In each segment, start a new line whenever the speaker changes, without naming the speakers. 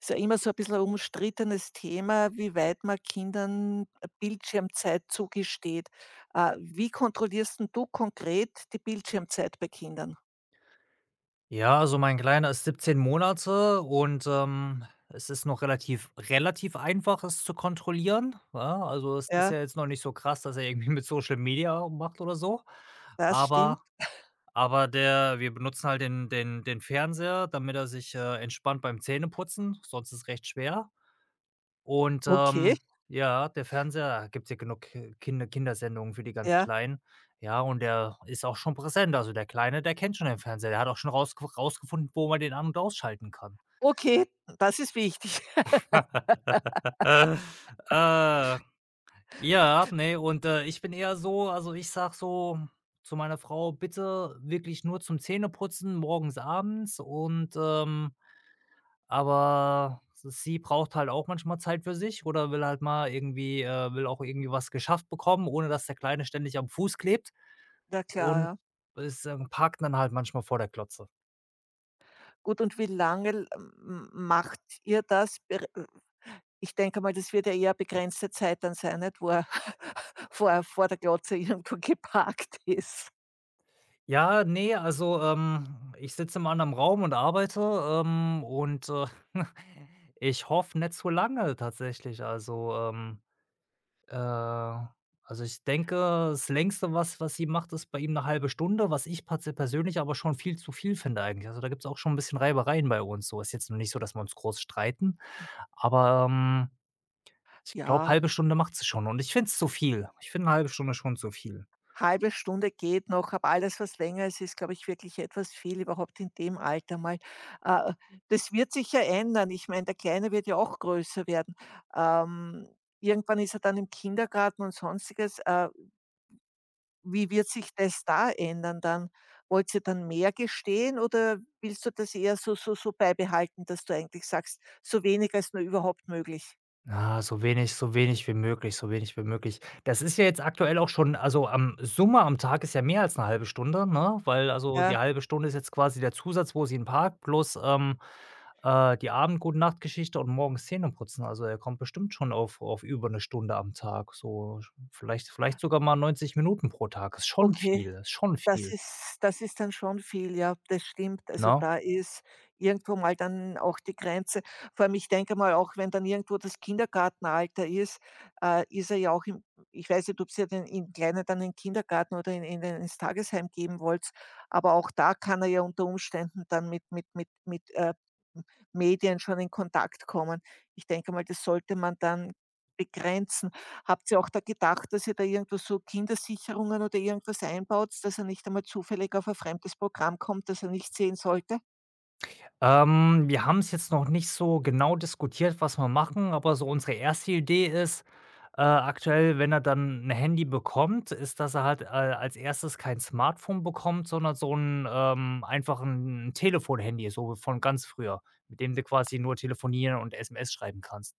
Ist ja immer so ein bisschen ein umstrittenes Thema, wie weit man Kindern Bildschirmzeit zugesteht. Wie kontrollierst 'n du konkret die Bildschirmzeit bei Kindern?
Ja, also mein Kleiner ist 17 Monate und, es ist noch relativ einfach, es zu kontrollieren, ja? Also, es ist
Ja,
ja jetzt noch nicht so krass, dass er irgendwie mit Social Media macht oder so.
das stimmt.
Aber aber der wir benutzen halt den Fernseher, damit er sich, entspannt beim Zähneputzen, sonst ist es recht schwer. Und,
Okay,
ja, der Fernseher, gibt's ja genug Ki Kinder Kindersendungen für die ganz
ja.
Kleinen. Ja, und der ist auch schon präsent. Also, der Kleine, der kennt schon den Fernseher. Der hat auch schon rausgefunden, wo man den an und ausschalten kann.
Okay, das ist wichtig.
Äh, ja, ne, und, ich bin eher so, also, ich sag so zu meiner Frau: „Bitte wirklich nur zum Zähneputzen morgens, abends und, ähm“. Aber sie braucht halt auch manchmal Zeit für sich oder will halt mal irgendwie will auch irgendwie was geschafft bekommen, ohne dass der Kleine ständig am Fuß klebt
Na klar,
und
ja.
ist, parkt dann halt manchmal vor der Klotze.
Gut, und wie lange l macht ihr das? Bere ich denke mal, das wird ja eher begrenzte Zeit dann sein, nicht, wo er vor der Glotze irgendwo geparkt ist.
Ja, nee, also, ich sitze im anderen Raum und arbeite, und, ich hoffe nicht zu lange tatsächlich. Äh, also, ich denke, das Längste, was sie macht, ist bei ihm eine halbe Stunde, was ich patze persönlich aber schon viel zu viel finde eigentlich. Also, da gibt's auch schon ein bisschen Reibereien bei uns so. Ist jetzt noch nicht so, dass wir uns groß streiten, aber, ich glaube,
Ja,
halbe Stunde macht sie schon und ich finde es zu viel. Ich finde eine halbe Stunde schon zu viel.
halbe Stunde geht noch, aber alles, was länger ist, ist, glaube ich, wirklich etwas viel, überhaupt in dem Alter mal. Äh, das wird sich ja ändern. Ich meine, der Kleine wird ja auch größer werden. Ähm, irgendwann ist er dann im Kindergarten und Sonstiges. Wie wird sich das da ändern dann? Wollt ihr dann mehr gestehen oder willst du das eher so beibehalten, dass du eigentlich sagst, so wenig als nur überhaupt möglich?
Ja, so wenig wie möglich, so wenig wie möglich. Das ist ja jetzt aktuell auch schon, also, am Summe am Tag ist ja mehr als eine halbe Stunde, ne? Weil, also,
Ja,
die halbe Stunde ist jetzt quasi der Zusatz, wo sie 'n parkt, plus, die Abend-Gute-Nacht-Geschichte und morgens Zähneputzen. Also, er kommt bestimmt schon auf über eine Stunde am Tag, so sch vielleicht sogar mal 90 Minuten pro Tag.
okay.
Ist schon
Das
viel,
ist das ist dann schon viel, ja, das stimmt. Also,
ne?
da ist irgendwo mal dann auch die Grenze. Vor allem, ich denke mal, auch wenn dann irgendwo das Kindergartenalter ist, ist er ja auch im ich weiß nicht, ob ihr den Kleinen dann in den Kindergarten oder in den ins Tagesheim geben wollt, aber auch da kann er ja unter Umständen dann mit Medien schon in Kontakt kommen. Ich denke mal, das sollte man dann begrenzen. Habt ihr auch da gedacht, dass ihr da irgendwas so Kindersicherungen oder irgendwas einbaut, dass er nicht einmal zufällig auf ein fremdes Programm kommt, das er nicht sehen sollte?
Wir haben es jetzt noch nicht so genau diskutiert, was wir machen, aber so unsere erste Idee ist, aktuell, wenn er dann ein Handy bekommt, ist, dass er halt, als Erstes kein Smartphone bekommt, sondern so ein einfach ein Telefon-Handy, so von ganz früher, mit dem du quasi nur telefonieren und SMS schreiben kannst.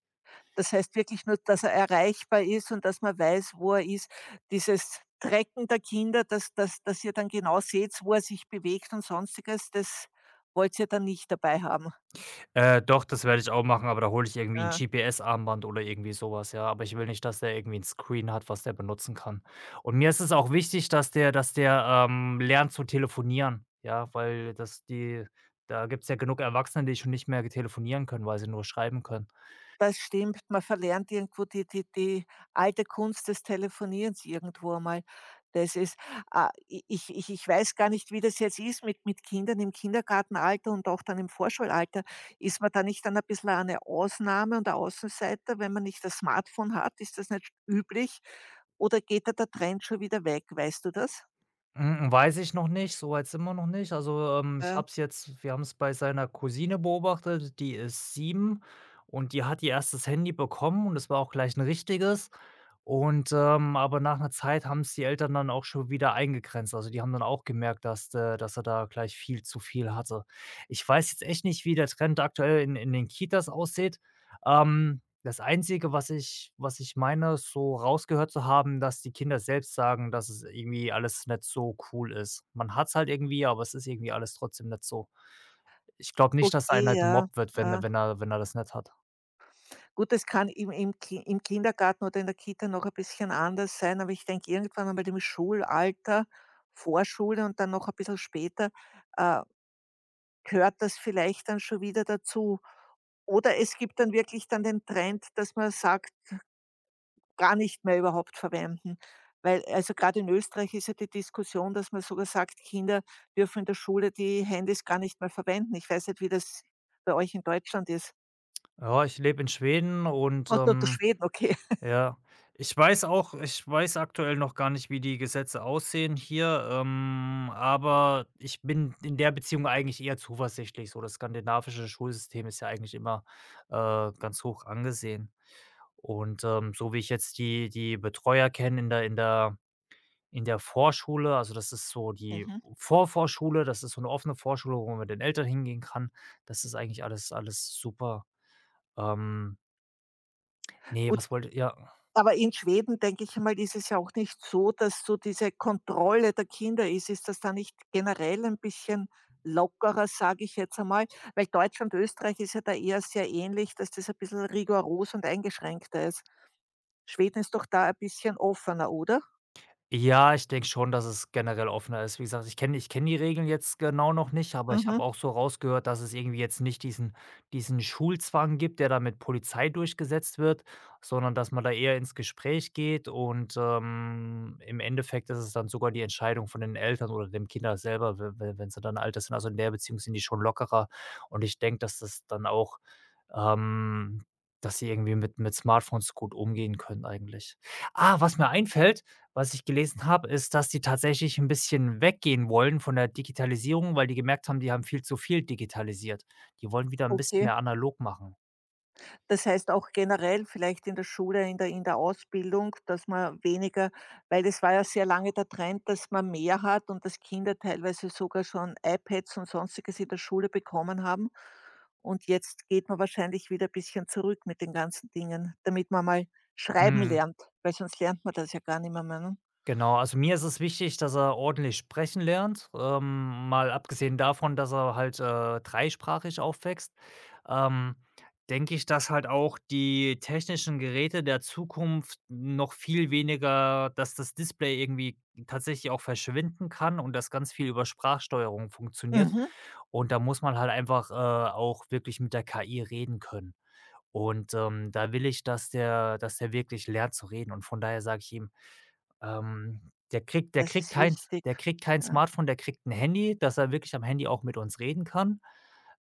Das heißt wirklich nur, dass er erreichbar ist und dass man weiß, wo er ist. Dieses Tracken der Kinder, dass ihr dann genau seht, wo er sich bewegt und Sonstiges, das wollt ihr dann nicht dabei haben?
Doch, das werde ich auch machen, aber da hole ich irgendwie 'n
Ja.
GPS-Armband oder irgendwie sowas. Ja. Aber ich will nicht, dass der irgendwie ein Screen hat, was der benutzen kann. Und mir ist es auch wichtig, dass der, lernt zu telefonieren, ja, weil das die da gibt's ja genug Erwachsene, die schon nicht mehr telefonieren können, weil sie nur schreiben können.
Das stimmt, man verlernt irgendwo die alte Kunst des Telefonierens irgendwo einmal. Das ist ah, i ich ich ich weiß gar nicht, wie das jetzt ist mit Kindern im Kindergartenalter und auch dann im Vorschulalter. Ist man da nicht dann ein bisschen eine Ausnahme und ein Außenseiter, wenn man nicht das Smartphone hat? Ist das nicht üblich oder geht da der Trend schon wieder weg? Weißt du das?
Hm, weiß ich noch nicht, so weit sind wir noch nicht. Also, ich
Ja,
habe es jetzt, wir haben es bei seiner Cousine beobachtet, die ist 7 und die hat ihr erstes Handy bekommen und es war auch gleich ein richtiges. Und, aber nach einer Zeit haben es die Eltern dann auch schon wieder eingegrenzt. Also, die haben dann auch gemerkt, dass er da gleich viel zu viel hatte. Ich weiß jetzt echt nicht, wie der Trend aktuell in den Kitas aussieht. Ähm, das Einzige, was ich meine, ist, so rausgehört zu haben, dass die Kinder selbst sagen, dass es irgendwie alles nicht so cool ist. Man hat's halt irgendwie, aber es ist irgendwie alles trotzdem nicht so. Ich glaube nicht, dass
okay,
einer
ja,
gemobbt wird, wenn er
ja.
wenn er wenn er das nicht hat.
Gut, das kann im Kindergarten oder in der Kita noch ein bisschen anders sein, aber ich denke, irgendwann einmal im Schulalter, Vorschule und dann noch ein bisschen später, äh, gehört das vielleicht dann schon wieder dazu. Oder es gibt dann wirklich dann den Trend, dass man sagt: „Gar nicht mehr überhaupt verwenden.“ Weil also gerade in Österreich ist ja die Diskussion, dass man sogar sagt, Kinder dürfen in der Schule die Handys gar nicht mehr verwenden. Ich weiß nicht, wie das bei euch in Deutschland ist.
Ja, ich lebe in Schweden und,
Oder Schweden, okay.
ja, ich weiß auch, ich weiß aktuell noch gar nicht, wie die Gesetze aussehen hier, aber ich bin in der Beziehung eigentlich eher zuversichtlich. So, das skandinavische Schulsystem ist ja eigentlich immer, ganz hoch angesehen. Und, so wie ich jetzt die Betreuer kenne in der Vorschule, also das ist so die
Mhm.
Vorvorschule, das ist so eine offene Vorschule, wo man mit den Eltern hingehen kann. Das ist eigentlich alles super. Ähm, ne,
Gut,
was wollte ja.
aber in Schweden, denke ich mal, ist es ja auch nicht so, dass so diese Kontrolle der Kinder ist. Ist das da nicht generell ein bisschen lockerer, sage ich jetzt einmal? Weil Deutschland, Österreich ist ja da eher sehr ähnlich, dass das ein bisschen rigoros und eingeschränkter ist. Schweden ist doch da ein bisschen offener, oder?
Ja, ich denke schon, dass es generell offener ist. Wie gesagt, ich kenne die Regeln jetzt genau noch nicht, aber ich
Mhm,
habe auch so rausgehört, dass es irgendwie jetzt nicht diesen Schulzwang gibt, der da mit Polizei durchgesetzt wird, sondern dass man da eher ins Gespräch geht und, im Endeffekt ist es dann sogar die Entscheidung von den Eltern oder dem Kinder selber, we we wenn sie dann älter sind. Also, in der Beziehung sind die schon lockerer und ich denke, dass das dann auch, ähm dass sie irgendwie mit Smartphones gut umgehen können eigentlich. Ah, was mir einfällt, was ich gelesen habe, ist, dass die tatsächlich ein bisschen weggehen wollen von der Digitalisierung, weil die gemerkt haben, die haben viel zu viel digitalisiert. Die wollen wieder ein bisschen
okay.
mehr analog machen.
Das heißt auch generell vielleicht in der Schule, in der Ausbildung, dass man weniger, weil es war ja sehr lange der Trend, dass man mehr hat und dass Kinder teilweise sogar schon iPads und Sonstiges in der Schule bekommen haben. Und jetzt geht man wahrscheinlich wieder ein bisschen zurück mit den ganzen Dingen, damit man mal schreiben
Mhm,
lernt, weil sonst lernt man das ja gar nicht mehr, ne?
genau. Also, mir ist es wichtig, dass er ordentlich sprechen lernt, mal abgesehen davon, dass er halt, dreisprachig aufwächst. Ähm, denke ich, dass halt auch die technischen Geräte der Zukunft noch viel weniger, dass das Display irgendwie tatsächlich auch verschwinden kann und dass ganz viel über Sprachsteuerung funktioniert.
Mhm,
Und da muss man halt einfach, auch wirklich mit der KI reden können. Und, da will ich, dass der wirklich lernt zu reden. Und von daher sage ich ihm, ähm, der kriegt der
das
kriegt
ist
kein
wichtig.
der kriegt kein
Ja.
Smartphone, der kriegt ein Handy, dass er wirklich am Handy auch mit uns reden kann,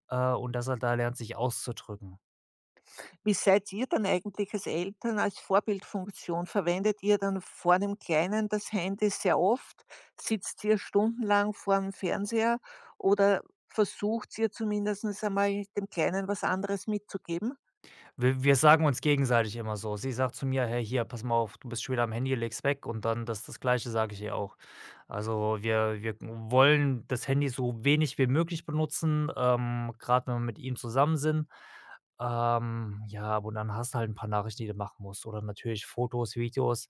und dass er da lernt, sich auszudrücken.
Wie seid ihr dann eigentlich als Eltern als Vorbildfunktion? Verwendet ihr dann vor dem Kleinen das Handy sehr oft? Sitzt ihr stundenlang vor dem Fernseher oder versucht ihr zumindest einmal dem Kleinen was anderes mitzugeben?
Wir sagen uns gegenseitig immer so. Sie sagt zu mir: „Hey, hier, pass mal auf, du bist schon wieder am Handy, leg's weg.“ Und dann das Gleiche sage ich ihr auch. Also, wir wollen das Handy so wenig wie möglich benutzen, grad wenn wir mit ihm zusammen sind. Ja, aber dann hast du halt ein paar Nachrichten, die du machen musst, oder natürlich Fotos, Videos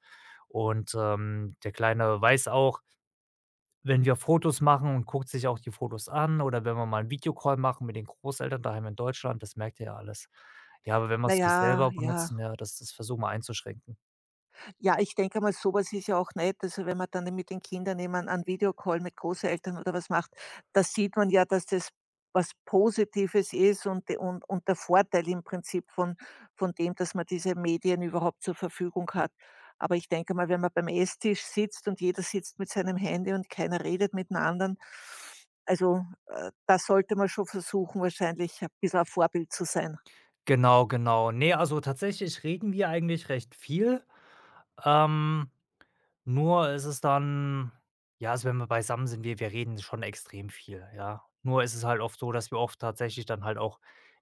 und, der Kleine weiß auch, wenn wir Fotos machen, und guckt sich auch die Fotos an, oder wenn wir mal 'n Videocall machen mit den Großeltern daheim in Deutschland, das merkt er ja alles. Ja, aber wenn wir
Na
es nicht
ja,
selber
ja.
benutzen, ja, das versuchen wir einzuschränken.
Ja, ich denke mal, sowas ist ja auch nett. Also, wenn man dann mit den Kindern eben einen Videocall mit Großeltern oder was macht, da sieht man ja, dass das was Positives ist und de und der Vorteil im Prinzip von dem, dass man diese Medien überhaupt zur Verfügung hat. Aber ich denke mal, wenn man beim Esstisch sitzt und jeder sitzt mit seinem Handy und keiner redet mit dem anderen, also, da sollte man schon versuchen, wahrscheinlich ein bisschen ein Vorbild zu sein.
Genau, genau. Ne, also tatsächlich reden wir eigentlich recht viel. Ähm, nur ist es dann, ja, also wenn wir beisammen sind, wir reden schon extrem viel, ja. Nur ist es halt oft so, dass wir oft tatsächlich dann halt auch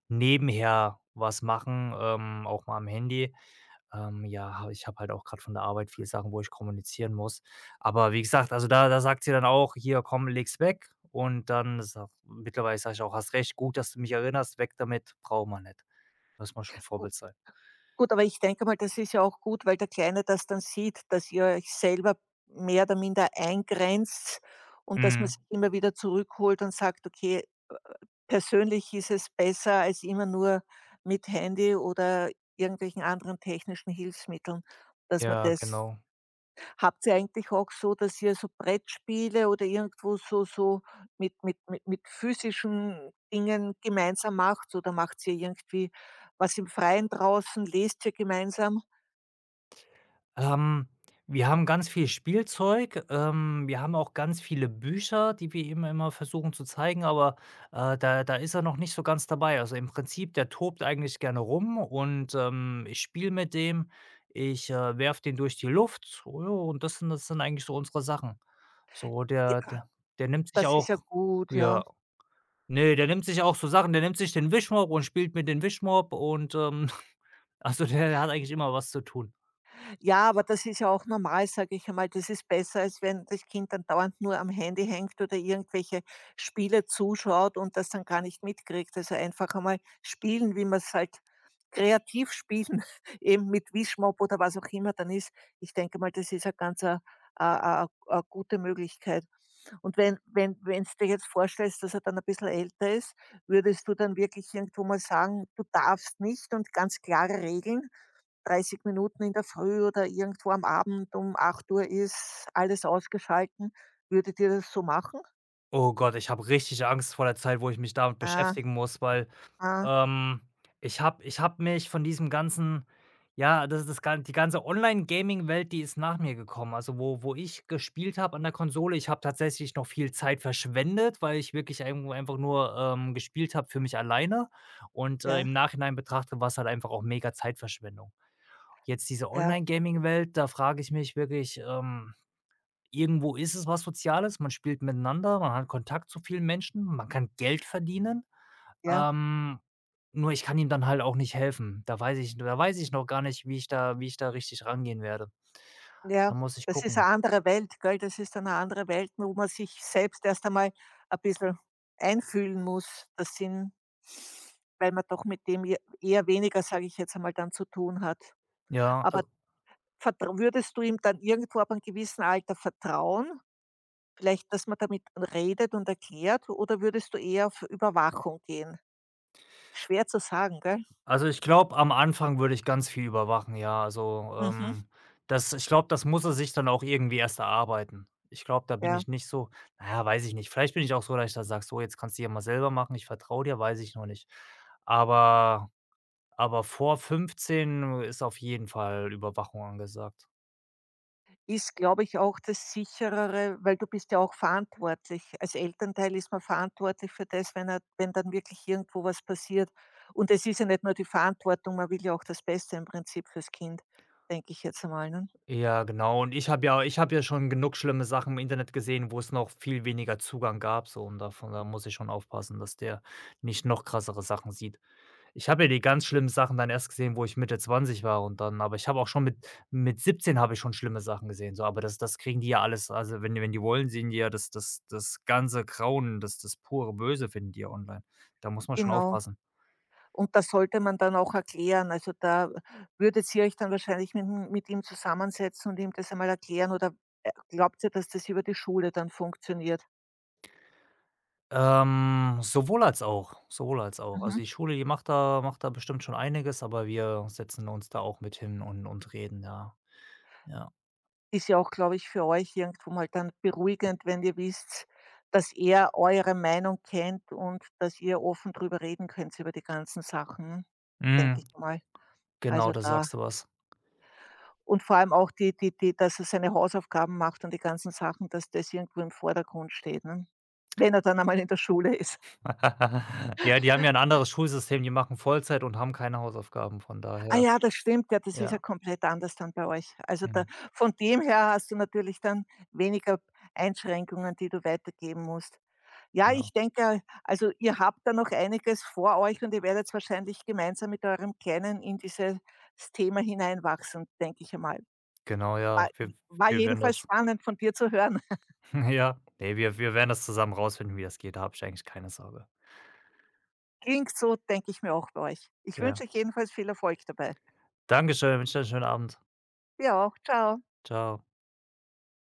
nebenher was machen, auch mal am Handy. Ja, ha ich habe halt auch gerade von der Arbeit viele Sachen, wo ich kommunizieren muss. Aber wie gesagt, also da sagt sie dann auch: „Hier, komm, leg's weg.“ Und dann sa mittlerweile sage ich auch: „Hast recht, gut, dass du mich erinnerst, weg damit, braucht man nicht.“ Muss man schon Vorbild sein.
Gut, aber ich denke mal, das ist ja auch gut, weil der Kleine das dann sieht, dass ihr euch selber mehr oder minder eingrenzt und dass man
Mhm.
sich immer wieder zurückholt und sagt: „Okay, persönlich ist es besser als immer nur mit Handy oder irgendwelchen anderen technischen Hilfsmitteln“, dass man
Ja,
das
genau.
habt ihr eigentlich auch so, dass ihr so Brettspiele oder irgendwo so so mit physischen Dingen gemeinsam macht oder macht ihr irgendwie was im Freien draußen? Lest ihr gemeinsam?
Ähm, wir haben ganz viel Spielzeug, wir haben auch ganz viele Bücher, die wir ihm immer versuchen zu zeigen, aber, da ist er noch nicht so ganz dabei. Also, im Prinzip, der tobt eigentlich gerne rum und, ich spiele mit dem. Ich, werfe den durch die Luft, oh ja, und das sind eigentlich so unsere Sachen. So, der
Ja,
der der nimmt sich
das ist
auch,
ja gut, ja.
ja, nee, der nimmt sich auch so Sachen, der nimmt sich den Wischmopp und spielt mit dem Wischmopp und, also, der hat eigentlich immer was zu tun.
Ja, aber das ist ja auch normal, sage ich einmal. Das ist besser, als wenn das Kind dann dauernd nur am Handy hängt oder irgendwelche Spiele zuschaut und das dann gar nicht mitkriegt. Also einfach einmal spielen, wie man es halt kreativ spielen, eben mit Wischmopp oder was auch immer dann ist. Ich denke mal, das ist ja ganz a a a a gute Möglichkeit. Und wenn wenn wenn's dir jetzt vorstellst, dass er dann ein bisschen älter ist, würdest du dann wirklich irgendwo mal sagen: „Du darfst nicht“ und ganz klare Regeln? 30 Minuten in der Früh oder irgendwo am Abend um 8 Uhr ist, alles ausgeschalten. Würdet ihr das so machen?
Oh Gott, ich habe richtig Angst vor der Zeit, wo ich mich damit
Ah,
beschäftigen muss, weil,
ah,
ähm, ich habe mich von diesem ganzen, ja, das ist das gan die ganze Online-Gaming-Welt, die ist nach mir gekommen. Also, wo ich gespielt habe an der Konsole, ich habe tatsächlich noch viel Zeit verschwendet, weil ich wirklich irgendwo einfach nur, gespielt habe für mich alleine und,
ja,
im Nachhinein betrachtet war es halt einfach auch mega Zeitverschwendung. Jetzt diese
ja,
Online-Gaming-Welt, da frage ich mich wirklich, irgendwo ist es was Soziales, man spielt miteinander, man hat Kontakt zu vielen Menschen, man kann Geld verdienen.
ja,
Ähm, nur ich kann ihm dann halt auch nicht helfen. Da weiß ich noch gar nicht, wie ich da richtig rangehen werde.
ja.
Da muss ich
Das ist eine
gucken.
andere Welt, gell? Das ist eine andere Welt, wo man sich selbst erst einmal ein bisschen einfühlen muss. Das sind, weil man doch mit dem e eher weniger, sage ich jetzt einmal, dann zu tun hat.
Ja,
Aber
also
vertrau würdest du ihm dann irgendwo ab einem gewissen Alter vertrauen? Vielleicht, dass man damit redet und erklärt oder würdest du eher auf Überwachung gehen? Schwer zu sagen, gell?
also, ich glaube, am Anfang würde ich ganz viel überwachen, ja. Also,
Mhm,
das, ich glaube, das muss er sich dann auch irgendwie erst erarbeiten. Ich glaube, da bin
ja.
ich nicht so, na ja, weiß ich nicht. Vielleicht bin ich auch so, dass ich da sage: „So, jetzt kannst du ja mal selber machen, ich vertraue dir“, weiß ich noch nicht. Aber Aber vor 15 ist auf jeden Fall Überwachung angesagt.
Ist, glaube ich, auch das Sicherere, weil du bist ja auch verantwortlich. Als Elternteil ist man verantwortlich für das, wenn dann wirklich irgendwo was passiert. Und es ist ja nicht nur die Verantwortung, man will ja auch das Beste im Prinzip fürs Kind, denke ich jetzt einmal. Ne?
Ja, genau. Und ich habe ja schon genug schlimme Sachen im Internet gesehen, wo es noch viel weniger Zugang gab so, und davon, da muss ich schon aufpassen, dass der nicht noch krassere Sachen sieht. Ich habe ja die ganz schlimmen Sachen dann erst gesehen, wo ich Mitte 20 war, und dann, aber ich habe auch schon mit 17 habe ich schon schlimme Sachen gesehen, so, aber das kriegen die ja alles, also, wenn die wollen, sehen die ja das ganze Grauen, das pure Böse finden die ja online. Da muss man schon
Genau.
aufpassen.
Und das sollte man dann auch erklären. Also, da würdet ihr euch dann wahrscheinlich mit ihm zusammensetzen und ihm das einmal erklären oder, glaubt ihr, dass das über die Schule dann funktioniert?
Sowohl als auch, sowohl als auch. Also,
Mhm.
die Schule, die macht da bestimmt schon einiges, aber wir setzen uns da auch mit hin und reden, ja, ja.
Ist ja auch, glaube ich, für euch irgendwo mal dann beruhigend, wenn ihr wisst, dass er eure Meinung kennt und dass ihr offen drüber reden könnt über die ganzen Sachen,
Mhm,
denke ich mal.
genau,
Also,
da
da
sagst du was.
und vor allem auch die die die dass er seine Hausaufgaben macht und die ganzen Sachen, dass das irgendwo im Vordergrund steht, ne? Wenn er dann einmal in der Schule ist.
Ja, die haben ja ein anderes Schulsystem, die machen Vollzeit und haben keine Hausaufgaben, von
Ah
daher,
ja, das stimmt, ja, das ist ja
ja,
komplett anders dann bei euch. Also da
mhm,
von dem her hast du natürlich dann weniger Einschränkungen, die du weitergeben musst. Ja, ich
genau.
denke, also ihr habt da noch einiges vor euch und ihr werdet wahrscheinlich gemeinsam mit eurem Kleinen in dieses Thema hineinwachsen, denke ich einmal.
Genau, ja,
War
wir
war
wir werden
jedenfalls
das
spannend von dir zu hören.
ja, ne, wir werden das zusammen rausfinden, wie das geht, da habe ich eigentlich keine Sorge.
Klingt so, denke ich mir auch bei euch. Ich wünsche
Ja.
euch jedenfalls viel Erfolg dabei.
Dankeschön, wünsche dir 'n schönen Abend.
Dir auch. Ciao.
Ciao.